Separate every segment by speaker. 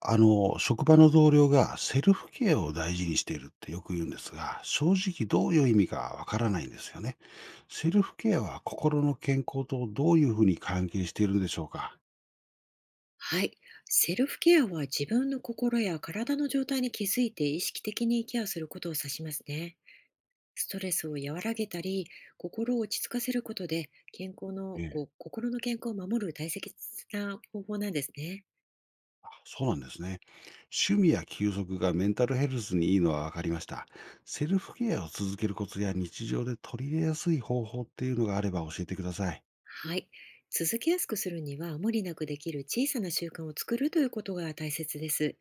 Speaker 1: 職場の同僚がセルフケアを大事にしているってよく言うんですが、正直どういう意味かわからないんですよね。セルフケアは心の健康とどういうふうに関係しているんでしょうか？
Speaker 2: はい。セルフケアは自分の心や体の状態に気づいて意識的にケアすることを指しますね。ストレスを和らげたり、心を落ち着かせることで、健康
Speaker 1: え
Speaker 2: の、こ
Speaker 1: え。
Speaker 2: う、心の健康を守る大切な方法なんですね。
Speaker 1: あ、そうなんですね。趣味や休息がメンタルヘルスにいいのはわかりました。セルフケアを続けるコツや日常で取り入れやすい方法っていうのがあれば教えてください。
Speaker 2: はい。続けやすくするには、無理なくできる小さな習慣を作るということが大切です。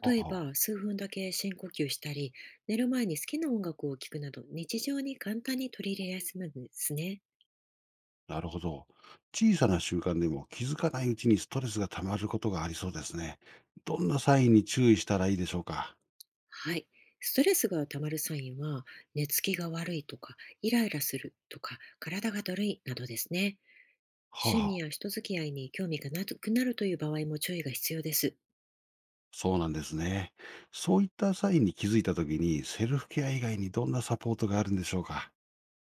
Speaker 1: ほう
Speaker 2: 例え
Speaker 1: ほう。
Speaker 2: ば、数分だけ深呼吸したり、寝る前に好きな音楽を聴くなど、日常に簡単に取り入れやすいんですね。
Speaker 1: なるほど。小さな習慣でも気づかないうちにストレスが溜まることがありそうですね。どんなサインに注意したらいいでしょうか？
Speaker 2: はい。ストレスが溜まるサインは、寝つきが悪いとか、イライラするとか、体がだるいなどですね。
Speaker 1: はあ、
Speaker 2: 趣
Speaker 1: は
Speaker 2: 味
Speaker 1: あ、
Speaker 2: や人付き合いに興味がなくなるという場合も注意が必要です。
Speaker 1: そうなんですね。そういったサインに気づいたときに、セルフケア以外にどんなサポートがあるんでしょうか？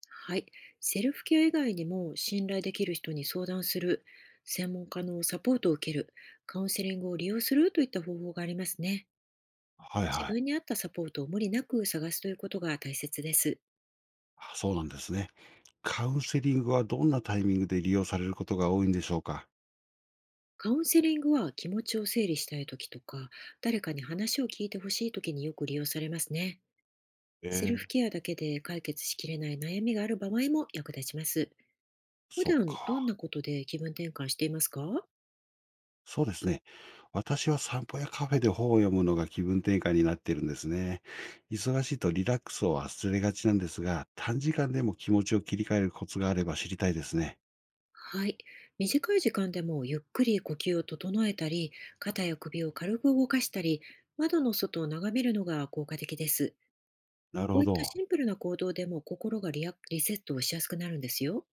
Speaker 2: はい。セルフケア以外にも、信頼できる人に相談する、専門家のサポートを受ける、カウンセリングを利用するといった方法がありますね。
Speaker 1: はい
Speaker 2: 自
Speaker 1: はい。
Speaker 2: 分に合ったサポートを無理なく探すということが大切です。
Speaker 1: あ、そうなんですね。カウンセリングはどんなタイミングで利用されることが多いんでしょうか？
Speaker 2: カウンセリングは気持ちを整理したい時とか、誰かに話を聞いてほしい時によく利用されますね。
Speaker 1: え
Speaker 2: セルフ
Speaker 1: え、
Speaker 2: ケアだけで解決しきれない悩みがある場合も役立ちます。普
Speaker 1: そっ
Speaker 2: 段どん
Speaker 1: か。
Speaker 2: なことで気分転換していますか？
Speaker 1: そうですね。私は散歩やカフェで本を読むのが気分転換になってるんですね。忙しいとリラックスを忘れがちなんですが、短時間でも気持ちを切り替えるコツがあれば知りたいですね。
Speaker 2: はい。短い時間でもゆっくり呼吸を整えたり、肩や首を軽く動かしたり、窓の外を眺めるのが効果的です。
Speaker 1: なる
Speaker 2: こう
Speaker 1: ほ
Speaker 2: いった
Speaker 1: ど。
Speaker 2: シンプルな行動でも心がリラリセットをしやすくなるんですよ。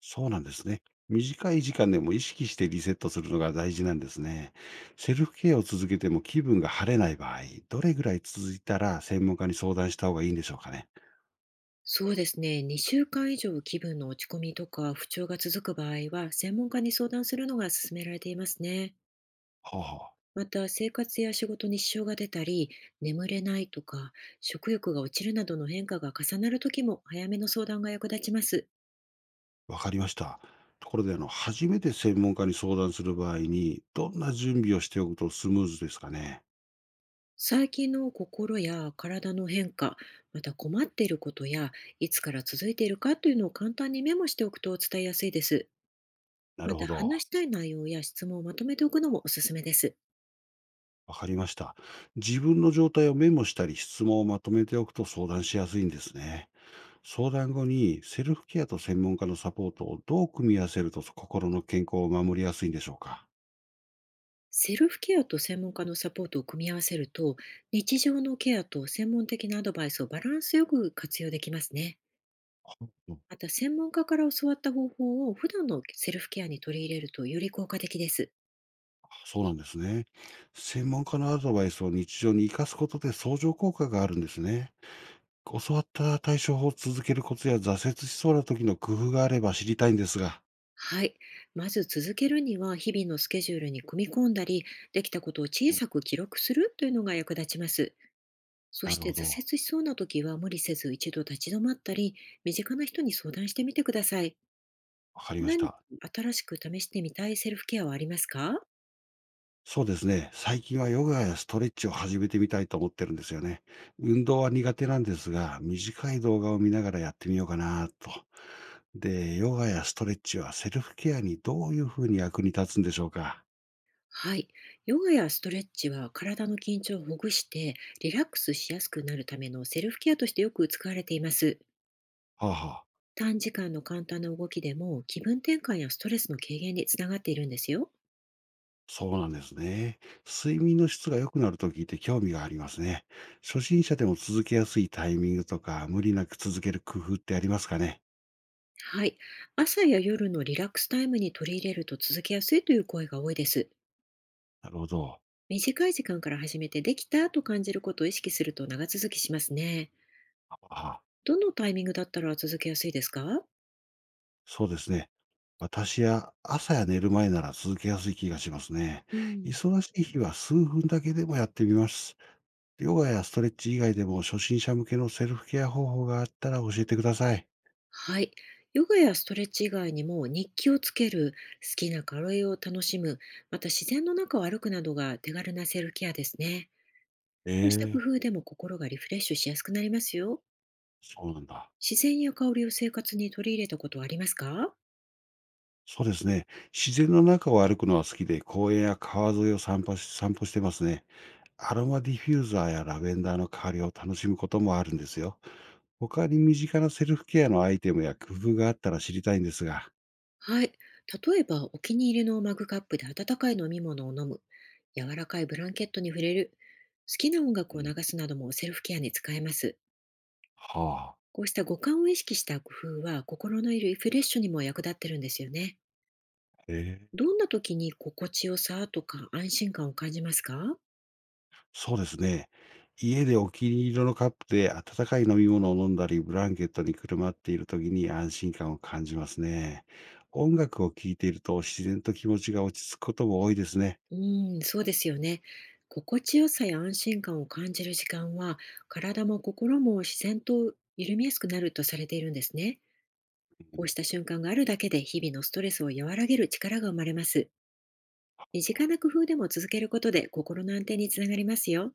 Speaker 1: そうなんですね。短い時間でも意識してリセットするのが大事なんですね。セルフケアを続けても気分が晴れない場合、どれぐらい続いたら専門家に相談した方がいいんでしょうかね。
Speaker 2: そうですね。2週間以上気分の落ち込みとか不調が続く場合は、専門家に相談するのが勧められていますね。
Speaker 1: ほうほう。
Speaker 2: また、生活や仕事に支障が出たり、眠れないとか、食欲が落ちるなどの変化が重なる時も、早めの相談が役立ちます。
Speaker 1: わかりました。ところで、初めて専門家に相談する場合に、どんな準備をしておくとスムーズですかね。
Speaker 2: 最近の心や体の変化、また困っていることや、いつから続いているかというのを簡単にメモしておくと伝えやすいです。
Speaker 1: な
Speaker 2: ま
Speaker 1: るほ
Speaker 2: た、話
Speaker 1: ど。
Speaker 2: したい内容や質問をまとめておくのもおすすめです。
Speaker 1: わかりました。自分の状態をメモしたり、質問をまとめておくと相談しやすいんですね。相談後に、セルフケアと専門家のサポートをどう組み合わせると心の健康を守りやすいんでしょうか。
Speaker 2: セルフケアと専門家のサポートを組み合わせると、日常のケアと専門的なアドバイスをバランスよく活用できますね。
Speaker 1: うん。
Speaker 2: また、専門家から教わった方法を普段のセルフケアに取り入れるとより効果的です。
Speaker 1: そうなんですね。専門家のアドバイスを日常に生かすことで相乗効果があるんですね。教わった対処法を続けるコツや挫折しそうな時の工夫があれば知りたいんですが。
Speaker 2: はい。まず続けるには、日々のスケジュールに組み込んだり、できたことを小さく記録するというのが役立ちます。そ
Speaker 1: な
Speaker 2: し
Speaker 1: る
Speaker 2: て
Speaker 1: ほ
Speaker 2: 挫折
Speaker 1: ど。
Speaker 2: しそうな時は無理せず一度立ち止まったり、身近な人に相談してみてください。
Speaker 1: わかりまし
Speaker 2: 何か
Speaker 1: た。
Speaker 2: 新しく試してみたいセルフケアはありますか？
Speaker 1: そうですね。最近はヨガやストレッチを始めてみたいと思ってるんですよね。運動は苦手なんですが、短い動画を見ながらやってみようかなと。で、ヨガやストレッチはセルフケアにどういうふうに役に立つんでしょうか。
Speaker 2: はい。ヨガやストレッチは体の緊張をほぐしてリラックスしやすくなるためのセルフケアとしてよく使われています。
Speaker 1: はあ、はあ。
Speaker 2: 短時間の簡単な動きでも気分転換やストレスの軽減につながっているんですよ。
Speaker 1: そうなんですね。睡眠の質が良くなると聞いて興味がありますね。初心者でも続けやすいタイミングとか、無理なく続ける工夫ってありますかね？
Speaker 2: はい。朝や夜のリラックスタイムに取り入れると続けやすいという声が多いです。
Speaker 1: なるほど。
Speaker 2: 短い時間から始めてできたと感じることを意識すると長続きしますね。
Speaker 1: あ、
Speaker 2: どのタイミングだったら続けやすいですか？
Speaker 1: そうですね。私や朝や寝る前なら続けやすい気がしますね。
Speaker 2: うん。
Speaker 1: 忙しい日は数分だけでもやってみます。ヨガやストレッチ以外でも初心者向けのセルフケア方法があったら教えてください。
Speaker 2: はい。ヨガやストレッチ以外にも日記をつける、好きなカレーを楽しむ、また自然の中を歩くなどが手軽なセルフケアですね。こうした工
Speaker 1: え
Speaker 2: 夫
Speaker 1: え。
Speaker 2: でも心がリフレッシュしやすくなりますよ。
Speaker 1: そうなんだ。
Speaker 2: 自然や香りを生活に取り入れたことはありますか？
Speaker 1: そうですね。自然の中を歩くのは好きで、公園や川沿いを散歩してますね。アロマディフューザーやラベンダーの香りを楽しむこともあるんですよ。他に身近なセルフケアのアイテムや工夫があったら知りたいんですが。
Speaker 2: はい。例えば、お気に入りのマグカップで温かい飲み物を飲む、柔らかいブランケットに触れる、好きな音楽
Speaker 1: う
Speaker 2: を
Speaker 1: ん、
Speaker 2: 流すなどもセルフケアに使えます。
Speaker 1: はあ、
Speaker 2: こうした五感を意識した工夫は心のリフレッシュにも役立ってるんですよね。
Speaker 1: ええ。
Speaker 2: どんな時に心地よさとか安心感を感じますか？
Speaker 1: そうですね。家でお気に入りのカップで温かい飲み物を飲んだり、ブランケットにくるまっている時に安心感を感じますね。音楽を聴いていると自然と気持ちが落ち着くことも多いですね。
Speaker 2: うーん、そうですよね。心地よさや安心感を感じる時間は、体も心も自然と緩みやすくなるとされているんですね。
Speaker 1: う
Speaker 2: こう
Speaker 1: ん。
Speaker 2: した瞬間があるだけで日々のストレスを和らげる力が生まれます。身近な工夫でも続けることで心の安定につながりますよ。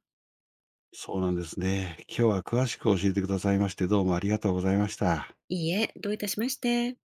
Speaker 1: そうなんですね。今日は詳しく教えてくださいまして、どうもありがとうございました。
Speaker 2: いいえ、どういたしまして。